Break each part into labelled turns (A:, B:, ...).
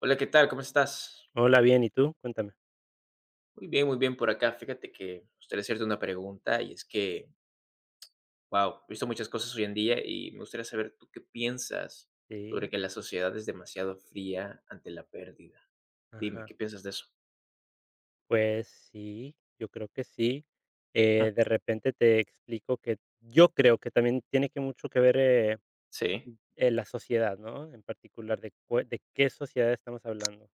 A: Hola, ¿qué tal? ¿Cómo estás?
B: Hola, bien, ¿y tú? Cuéntame.
A: Muy bien por acá. Fíjate que me gustaría hacerte una pregunta y es que, wow, he visto muchas cosas hoy en día y me gustaría saber tú qué piensas
B: Sí,
A: sobre que la sociedad es demasiado fría ante la pérdida. Dime,
B: ajá.
A: ¿qué piensas de eso?
B: Pues sí, yo creo que sí.
A: Mm.
B: De repente te explico que yo creo que también tiene que mucho que ver,
A: Sí,
B: la sociedad, ¿no? En particular, de qué sociedad estamos hablando.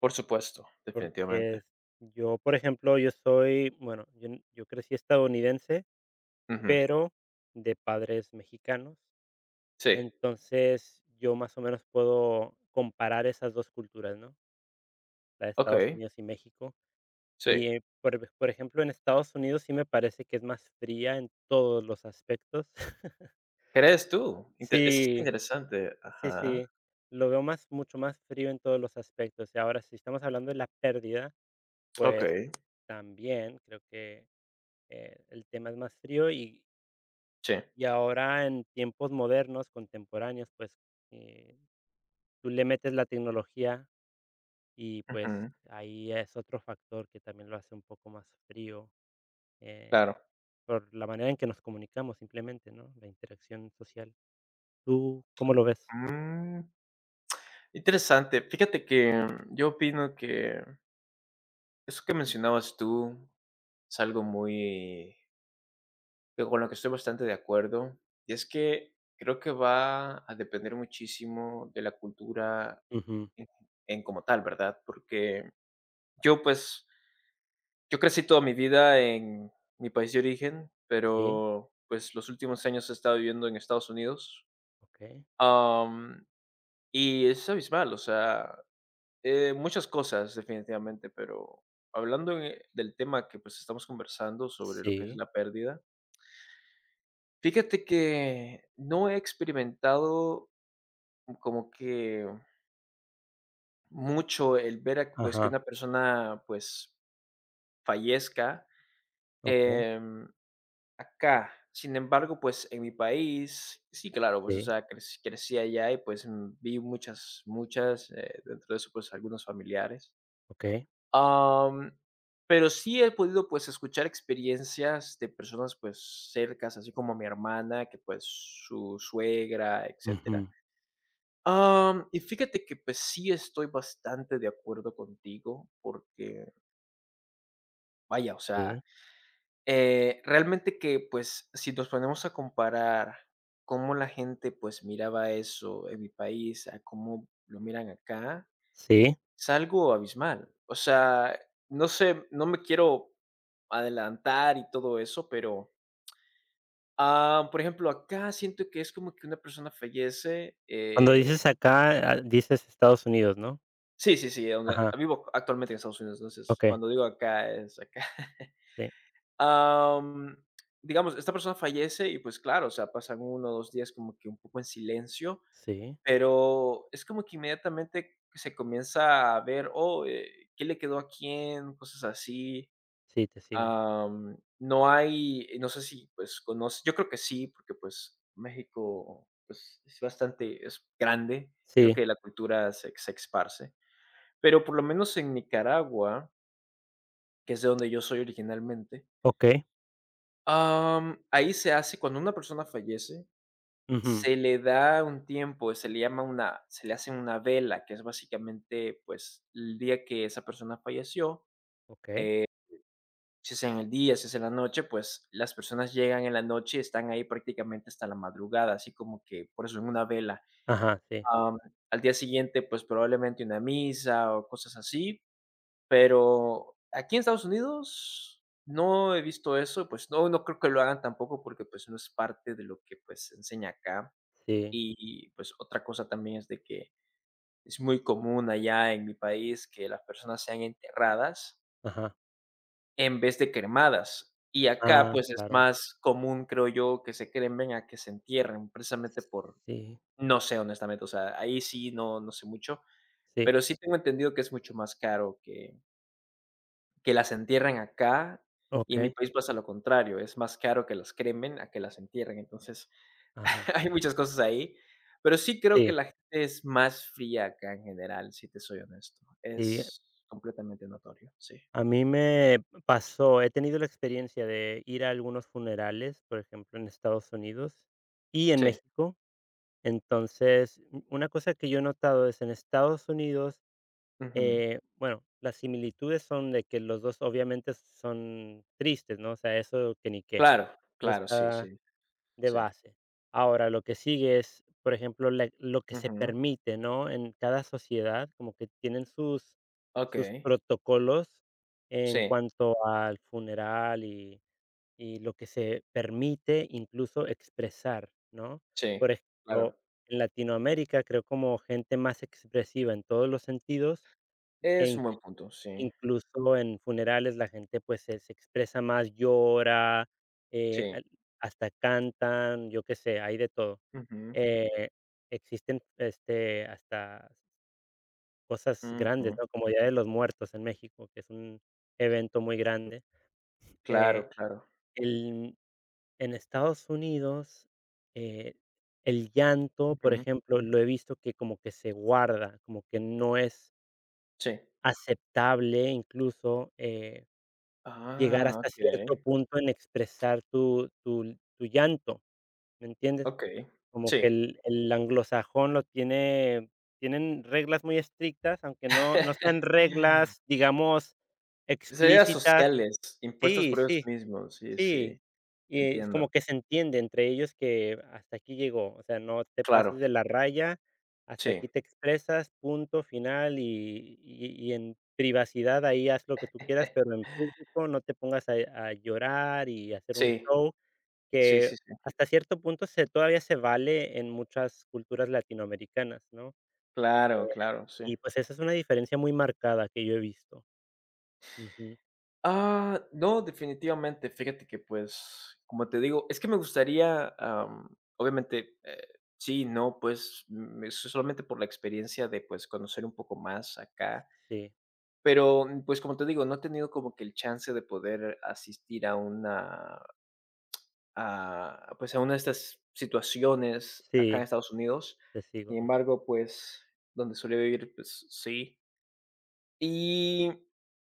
A: por supuesto, definitivamente.
B: Porque yo, por ejemplo, yo soy, bueno, yo crecí estadounidense,
A: Ujú.
B: pero de padres mexicanos.
A: Sí,
B: Entonces, yo más o menos puedo comparar esas 2 culturas, ¿no? La de Estados
A: ok,
B: Unidos y México.
A: sí.
B: Y, por ejemplo, en Estados Unidos sí me parece que es más fría en todos los aspectos.
A: ¿Crees tú? Eso está
B: Sí,
A: interesante.
B: sí,
A: Ajá.
B: sí, lo veo más mucho más frío en todos los aspectos. Y ahora, si estamos hablando de la pérdida,
A: Ok,
B: pues también creo que, el tema es más frío y
A: sí.
B: ahora en tiempos modernos, contemporáneos, pues, eh, tú le metes la tecnología y, pues,
A: Ujú.
B: ahí es otro factor que también lo hace un poco más frío. eh,
A: Claro.
B: por la manera en que nos comunicamos simplemente, ¿no? La interacción social. ¿Tú cómo lo ves?
A: Mm, Interesante. Fíjate que yo opino que eso que mencionabas tú es algo muy que con lo que estoy bastante de acuerdo, y es que creo que va a depender muchísimo de la cultura
B: Ujú.
A: en en como tal, ¿verdad? Porque yo, pues, yo crecí toda mi vida en mi país de origen,
B: Sí,
A: pero, pues, los últimos años he estado viviendo en Estados Unidos,
B: okey.
A: am, y es abismal, o sea, muchas cosas, definitivamente, pero hablando del tema que pues estamos conversando sobre lo que es
B: Sí,
A: la pérdida, fíjate que no he experimentado como que mucho el ver a, pues, que
B: ajá,
A: una persona pues fallezca
B: okey,
A: em, acá. Sin embargo, pues en mi país, sí, claro, pues, o
B: sí,
A: sea, crecí allá y pues, vi muchas, muchas, dentro de eso, pues, algunos familiares.
B: okey.
A: Am, pero sí he podido, pues, escuchar experiencias de personas, pues, cercas, así como mi hermana, que, pues, su suegra, etcétera.
B: Ujú.
A: Y fíjate que, pues, sí estoy bastante de acuerdo contigo porque, vaya, o sea,
B: Sí,
A: realmente que, pues, si nos ponemos a comparar cómo la gente, pues, miraba eso en mi país a cómo lo miran acá,
B: sí.
A: es algo abismal. O sea, no sé, no me quiero adelantar y todo eso, pero, por ejemplo, acá siento que es como que una persona fallece,
B: Cuando dices acá, dices Estados Unidos, ¿no?
A: sí, sí, sí, donde
B: Ajá.
A: vivo actualmente en Estados Unidos, entonces,
B: Okey,
A: cuando digo acá, es acá.
B: sí,
A: Am, digamos, esta persona fallece y, pues, claro, o sea, pasan uno o 2 días como que un poco en silencio,
B: sí.
A: pero es como que inmediatamente se comienza a ver, oh, ¿qué le quedó a quién? Cosas así.
B: Sí, te sigo.
A: No hay, no sé si, pues, conoce, yo creo que sí, porque, pues, México, pues, es bastante, es grande, creo
B: Sí,
A: que la cultura se esparce, pero por lo menos en Nicaragua, que es de donde yo soy originalmente,
B: okey.
A: ahí se hace, cuando una persona fallece,
B: Ujú.
A: se le da un tiempo, se le hace una vela, que es básicamente, pues, el día que esa persona falleció.
B: Okey.
A: Si es en el día, si es en la noche, pues las personas llegan en la noche y están ahí prácticamente hasta la madrugada, así como que por eso en una vela.
B: Ajá, sí,
A: Am, Al día siguiente, pues, probablemente una misa o cosas así, pero aquí en Estados Unidos no he visto eso, pues no, no creo que lo hagan tampoco porque, pues, no es parte de lo que pues se enseña acá.
B: sí,
A: Y pues otra cosa también es de que es muy común allá en mi país que las personas sean enterradas
B: ajá.
A: en vez de cremadas. Y acá,
B: Ah,
A: pues, es
B: claro.
A: más común, creo yo, que se cremen a que se entierren, precisamente por,
B: Sí,
A: no sé, honestamente, o sea, ahí sí no sé mucho,
B: sí,
A: pero sí tengo entendido que es mucho más caro que las entierren acá, y en mi
B: okey,
A: país pasa lo contrario, es más caro que las cremen a que las entierren, entonces,
B: ajá.
A: hay muchas cosas ahí, pero sí creo que
B: Sí,
A: la gente es más fría acá en general, si te soy honesto,
B: sí.
A: es completamente notorio, sí,
B: A mí me pasó, he tenido la experiencia de ir a algunos funerales, por ejemplo, en Estados Unidos y en
A: sí,
B: México. Entonces, u una cosa que yo he notado es en Estados Unidos,
A: ujú,
B: bueno, las similitudes son de que los 2, obviamente son tristes, ¿no? O sea, eso que ni qué.
A: claro,
B: Eso
A: claro, sí,
B: está
A: sí.
B: de
A: Sí.
B: base. Ahora, lo que sigue es, por ejemplo, la lo que se
A: Ujú.
B: permite, ¿no? En cada sociedad, como que tienen sus
A: Okey.
B: protocolos en
A: Sí,
B: cuanto al funeral y lo que se permite incluso expresar, ¿no?
A: sí,
B: Por ejemplo,
A: claro.
B: en Latinoamérica creo como gente más expresiva en todos los sentidos, e
A: Es
B: in
A: un buen punto, sí,
B: incluso en funerales la gente, pues, se expresa más, llora,
A: sí.
B: al hasta cantan, yo qué sé, hay de todo.
A: Ujú,
B: Eh, Existen, este, hasta cosas grandes,
A: ujú.
B: ¿no? Como Día de los Muertos en México, que es un evento muy grande.
A: Claro,
B: Eh,
A: claro.
B: el En Estados Unidos, eh, el llanto, por
A: Ujú.
B: ejemplo, lo he visto que como que se guarda, como que no es
A: Sí.
B: aceptable incluso, llegar
A: Ah,
B: hasta cierto
A: okey,
B: punto en expresar tu llanto, ¿me entiendes?
A: okey.
B: Como que
A: Sí.
B: el anglosajón lo tiene tienen reglas muy estrictas, aunque no sean reglas, digamos,
A: Serías
B: explícitas.
A: sociales impuestas
B: Sí,
A: por ellos
B: sí.
A: mismos. Sí,
B: Sí,
A: sí,
B: y es
A: entiendo.
B: como que se entiende entre ellos que hasta aquí llegó, o sea, no te pases
A: Claro,
B: de la raya, hasta
A: sí.
B: aquí te expresas, punto final, y en privacidad ahí haz lo que tú quieras, pero en público no te pongas a llorar y hacer un
A: Sí,
B: show,
A: sí,
B: que
A: sí, sí.
B: hasta cierto punto se todavía se vale en muchas culturas latinoamericanas, ¿no?
A: Claro, claro, sí.
B: Y pues esa es una diferencia muy marcada que yo he visto. Ujú.
A: Ah, no, definitivamente. Fíjate que, pues, como te digo, es que me gustaría, obviamente, sí, no, pues, es solamente por la experiencia de, pues, conocer un poco más acá,
B: Sí,
A: pero, pues, como te digo, no he tenido como que el chance de poder asistir a una, a, pues, a una de estas situaciones acá en
B: sí,
A: Estados Unidos.
B: te
A: Sin
B: sigo.
A: embargo, pues, donde solía vivir, pues, sí. Y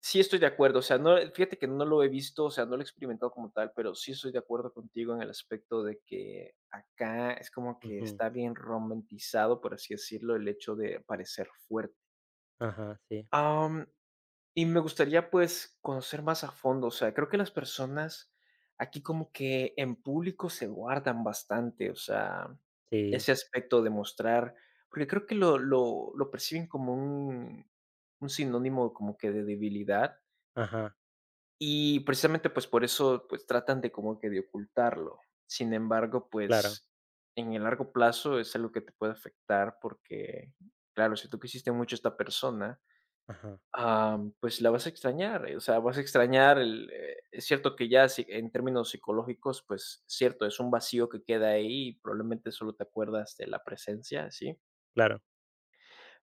A: sí estoy de acuerdo, o sea, no, fíjate que no lo he visto, o sea, no lo he experimentado como tal, pero sí estoy de acuerdo contigo en el aspecto de que acá es como que
B: Ujú.
A: está bien romantizado, por así decirlo, el hecho de parecer fuerte.
B: Ajá, sí,
A: Y me gustaría, pues, conocer más a fondo. O sea, creo que las personas aquí como que en público se guardan bastante, o sea,
B: sí.
A: ese aspecto de mostrar, porque creo que lo perciben como un sinónimo como que de debilidad,
B: Ajá,
A: y precisamente, pues, por eso, pues, tratan de como que de ocultarlo. Sin embargo,
B: claro,
A: pues, en el largo plazo es algo que te puede afectar porque, claro, si tú quisiste mucho a esta persona,
B: ajá,
A: Pues, la vas a extrañar, o sea, vas a extrañar es cierto que ya si en términos psicológicos, pues, cierto, es un vacío que queda ahí y probablemente solo te acuerdas de la presencia, ¿sí?
B: claro,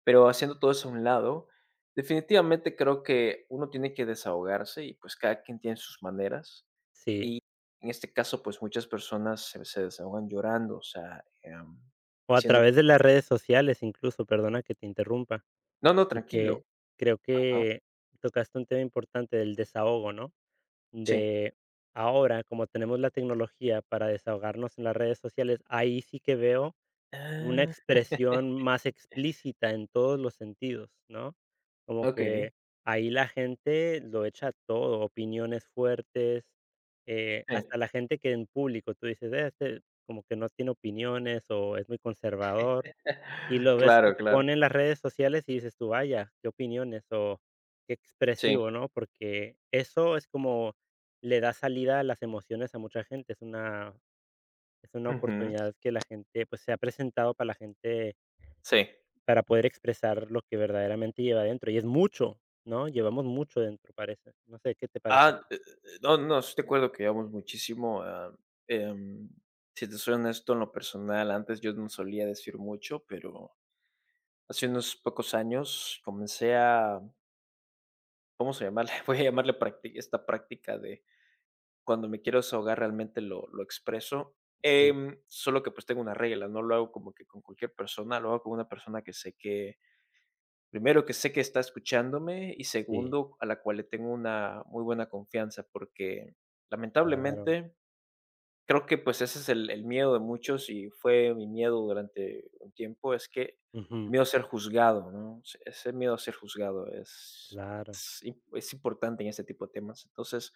A: Pero haciendo todo eso a un lado, definitivamente creo que uno tiene que desahogarse y pues cada quien tiene sus maneras.
B: sí.
A: Y en este caso, pues, muchas personas se desahogan llorando, o sea,
B: O a
A: siendo...
B: través de las redes sociales incluso, perdona que te interrumpa,
A: No, no, tranquilo.
B: porque creo
A: Ajá,
B: que tocaste un tema importante del desahogo, ¿no?
A: sí.
B: De ahora, como tenemos la tecnología para desahogarnos en las redes sociales, ahí sí que veo una
A: Ah,
B: expresión más explícita en todos los sentidos, ¿no? Como
A: ok.
B: que ahí la gente lo echa todo, opiniones fuertes,
A: Sí.
B: hasta la gente que en público tú dices: Este como que no tiene opiniones o es muy conservador", y lo ves lo
A: Claro,
B: que
A: claro.
B: pone en las redes sociales y dices tú: "Vaya, qué opiniones o qué expresivo",
A: Sí,
B: ¿no? Porque eso es como le da salida a las emociones a mucha gente, es una
A: ujú,
B: oportunidad que la gente, pues, se ha presentado para la gente
A: sí.
B: para poder expresar lo que verdaderamente lleva dentro, y es mucho, ¿no? Llevamos mucho dentro, parece. No sé, ¿qué te parece a
A: Ah,
B: ti?
A: no, no, estoy de acuerdo que llevamos muchísimo, em, si te soy honesto, en lo personal, antes yo no solía decir mucho, pero hace unos pocos años comencé a, vamos a llamarle, voy a llamarle esta práctica de cuando me quiero desahogar realmente lo expreso.
B: Sí,
A: Solo que pues tengo una regla, no lo hago como que con cualquier persona, lo hago con una persona que sé que Primero, que sé que está escuchándome y
B: sí,
A: segundo, a la cual le tengo una muy buena confianza, porque
B: claro.
A: lamentablemente creo que pues ese es el miedo de muchos y fue mi miedo durante un tiempo, es que el
B: Ujú,
A: miedo a ser juzgado, ¿no? Ese miedo a ser juzgado
B: claro.
A: es importante en este tipo de temas. Entonces,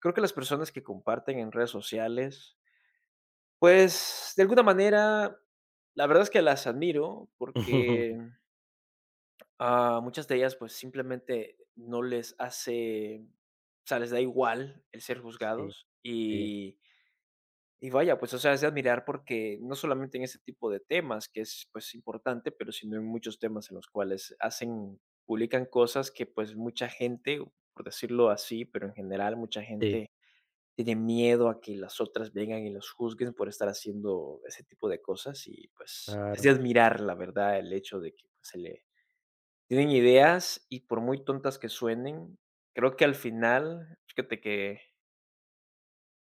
A: creo que las personas que comparten en redes sociales, pues, de alguna manera, la verdad es que las admiro porque, Muchas de ellas, pues, simplemente no les hace, o sea, les da igual el ser
B: Sí,
A: juzgados,
B: sí,
A: y vaya, pues, o sea, es de admirar porque no solamente en ese tipo de temas que es, pues, importante, pero sino en muchos temas en los cuales hacen publican cosas que, pues, mucha gente, por decirlo así, pero en general mucha
B: sí,
A: gente tiene miedo a que las otras vengan y los juzguen por estar haciendo ese tipo de cosas y, pues, es de
B: claro.
A: admirar, la verdad, el hecho de que, pues, se le tienen ideas y por muy tontas que suenen, creo que al final, fíjate que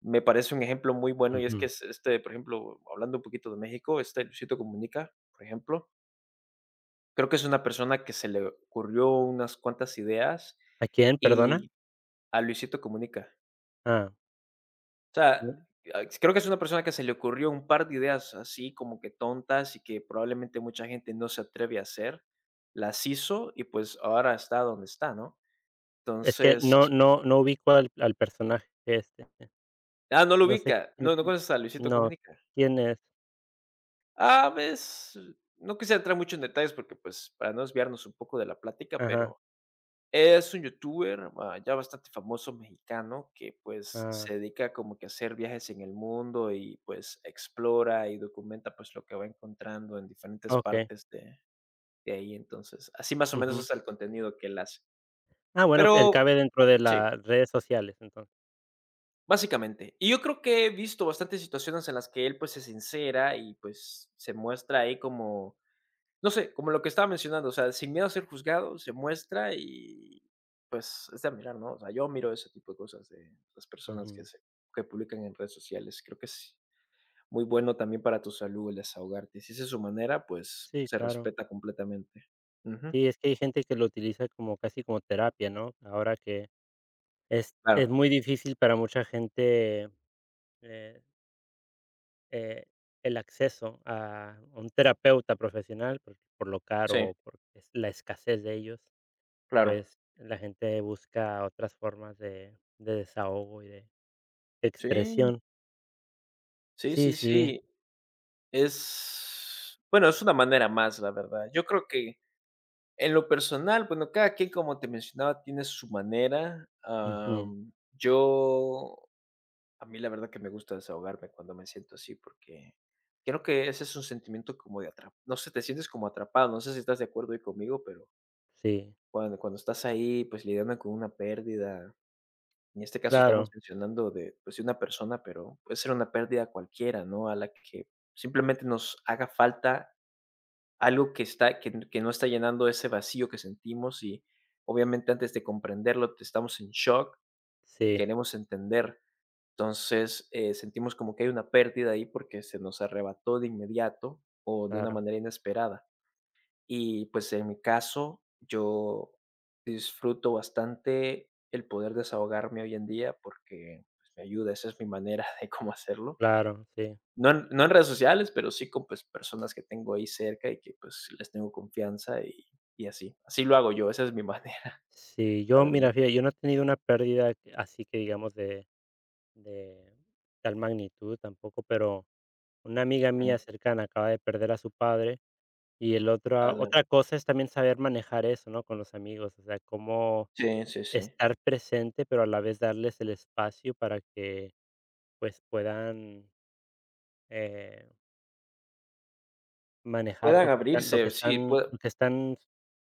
A: me parece un ejemplo muy bueno y es que
B: Ujú.
A: es este, por ejemplo, hablando un poquito de México, este Luisito Comunica, por ejemplo, creo que es una persona que se le ocurrió unas cuantas ideas
B: ¿A quién, perdona?
A: y a Luisito Comunica.
B: Ah,
A: O sea,
B: no,
A: creo que es una persona que se le ocurrió un par de ideas así como que tontas y que probablemente mucha gente no se atreve a hacer, las hizo y pues ahora está donde está, ¿no?
B: es que
A: Entonces,
B: no ubico al personaje este.
A: ah, no lo
B: No sé
A: ubica.
B: quién
A: No, ¿no
B: es,
A: conoces a Luisito
B: no,
A: Comunica?
B: ¿quién es?
A: Ah, ves, no quisiera entrar mucho en detalles porque, pues, para no desviarnos un poco de la plática,
B: Ajá,
A: pero es un youtuber, ya bastante famoso, mexicano, que, pues,
B: ah,
A: se dedica como que a hacer viajes en el mundo y, pues, explora y documenta, pues, lo que va encontrando en diferentes
B: okey,
A: partes de ahí. Entonces, así más o menos
B: ujú.
A: es el contenido que él hace.
B: Ah, bueno, él
A: Pero
B: cabe dentro de
A: sí.
B: las redes sociales, entonces.
A: Básicamente. Y yo creo que he visto bastantes situaciones en las que él, pues, se sincera y, pues, se muestra ahí como, no sé, como lo que estaba mencionando, o sea, sin miedo a ser juzgado, se muestra y, pues, es de admirar, ¿no? O sea, yo miro ese tipo de cosas de las personas que
B: Ujú.
A: se que publican en redes sociales. Creo que es muy bueno también para tu salud el desahogarte. Si esa es su manera, pues,
B: Sí,
A: se
B: claro.
A: respeta completamente. Ujú.
B: Sí, es que hay gente que lo utiliza como casi como terapia, ¿no? Ahora que
A: Claro.
B: es muy difícil para mucha gente eh, eh, el acceso a un terapeuta profesional por lo
A: Sí,
B: caro o por la escasez de ellos,
A: claro.
B: pues la gente busca otras formas de desahogo y de
A: Sí.
B: expresión.
A: Sí,
B: Sí,
A: sí,
B: sí,
A: sí. Bueno, es una manera más, la verdad. Yo creo que en lo personal, bueno, cada quien, como te mencionaba, tiene su manera.
B: ujú,
A: A mí la verdad que me gusta desahogarme cuando me siento así, porque creo que ese es un sentimiento como de atrapado. No sé, te sientes como atrapado. No sé si estás de acuerdo ahí conmigo, pero
B: sí,
A: cuando estás ahí, pues, lidiando con una pérdida. En este caso estamos
B: claro,
A: mencionando de, pues, de una persona, pero puede ser una pérdida cualquiera, ¿no? A la que simplemente nos haga falta algo que no está llenando ese vacío que sentimos y, obviamente, antes de comprenderlo, estamos en shock y
B: sí,
A: queremos entender. Entonces, sentimos como que hay una pérdida ahí porque se nos arrebató de inmediato o de una
B: claro,
A: manera inesperada. Y, pues, en mi caso, yo disfruto bastante el poder desahogarme hoy en día porque, pues, me ayuda, esa es mi manera de cómo hacerlo.
B: claro, sí.
A: No en redes sociales, pero sí con, pues, personas que tengo ahí cerca y que pues les tengo confianza, y así. Así lo hago yo, esa es mi manera,
B: Sí,
A: la
B: yo,
A: verdad.
B: mira, fíjate, yo no he tenido una pérdida que, así que digamos, de tal magnitud tampoco, pero una amiga
A: Ujú.
B: mía cercana acaba de perder a su padre y el otro
A: Ala.
B: otra cosa es también saber manejar eso, ¿no? Con los amigos, o sea, cómo
A: Sí, sí, sí.
B: estar presente, pero a la vez darles el espacio para que, pues, puedan, eh, manejar
A: Puedan
B: lo que están
A: abrirse, sí, pue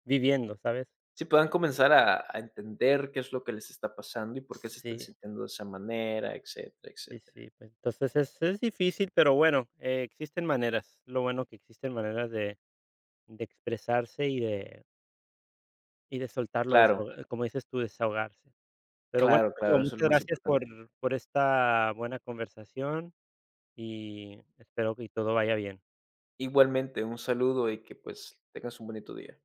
B: viviendo, ¿sabes?
A: sí, puedan comenzar a entender qué es lo que les está pasando y por qué se están
B: Sí,
A: sintiendo de esa manera, etcétera,
B: sí,
A: etcétera.
B: sí, pues, entonces es difícil, pero bueno, existen maneras. Lo bueno que existen maneras de expresarse y de y de soltarlo,
A: Claro,
B: desahoga como dices tú, desahogarse. Pero bueno,
A: claro,
B: digo,
A: claro, eso es lo
B: muchas
A: más
B: gracias por
A: importante.
B: esta buena conversación y espero que todo vaya bien.
A: Igualmente, un saludo y que pues tengas un bonito día.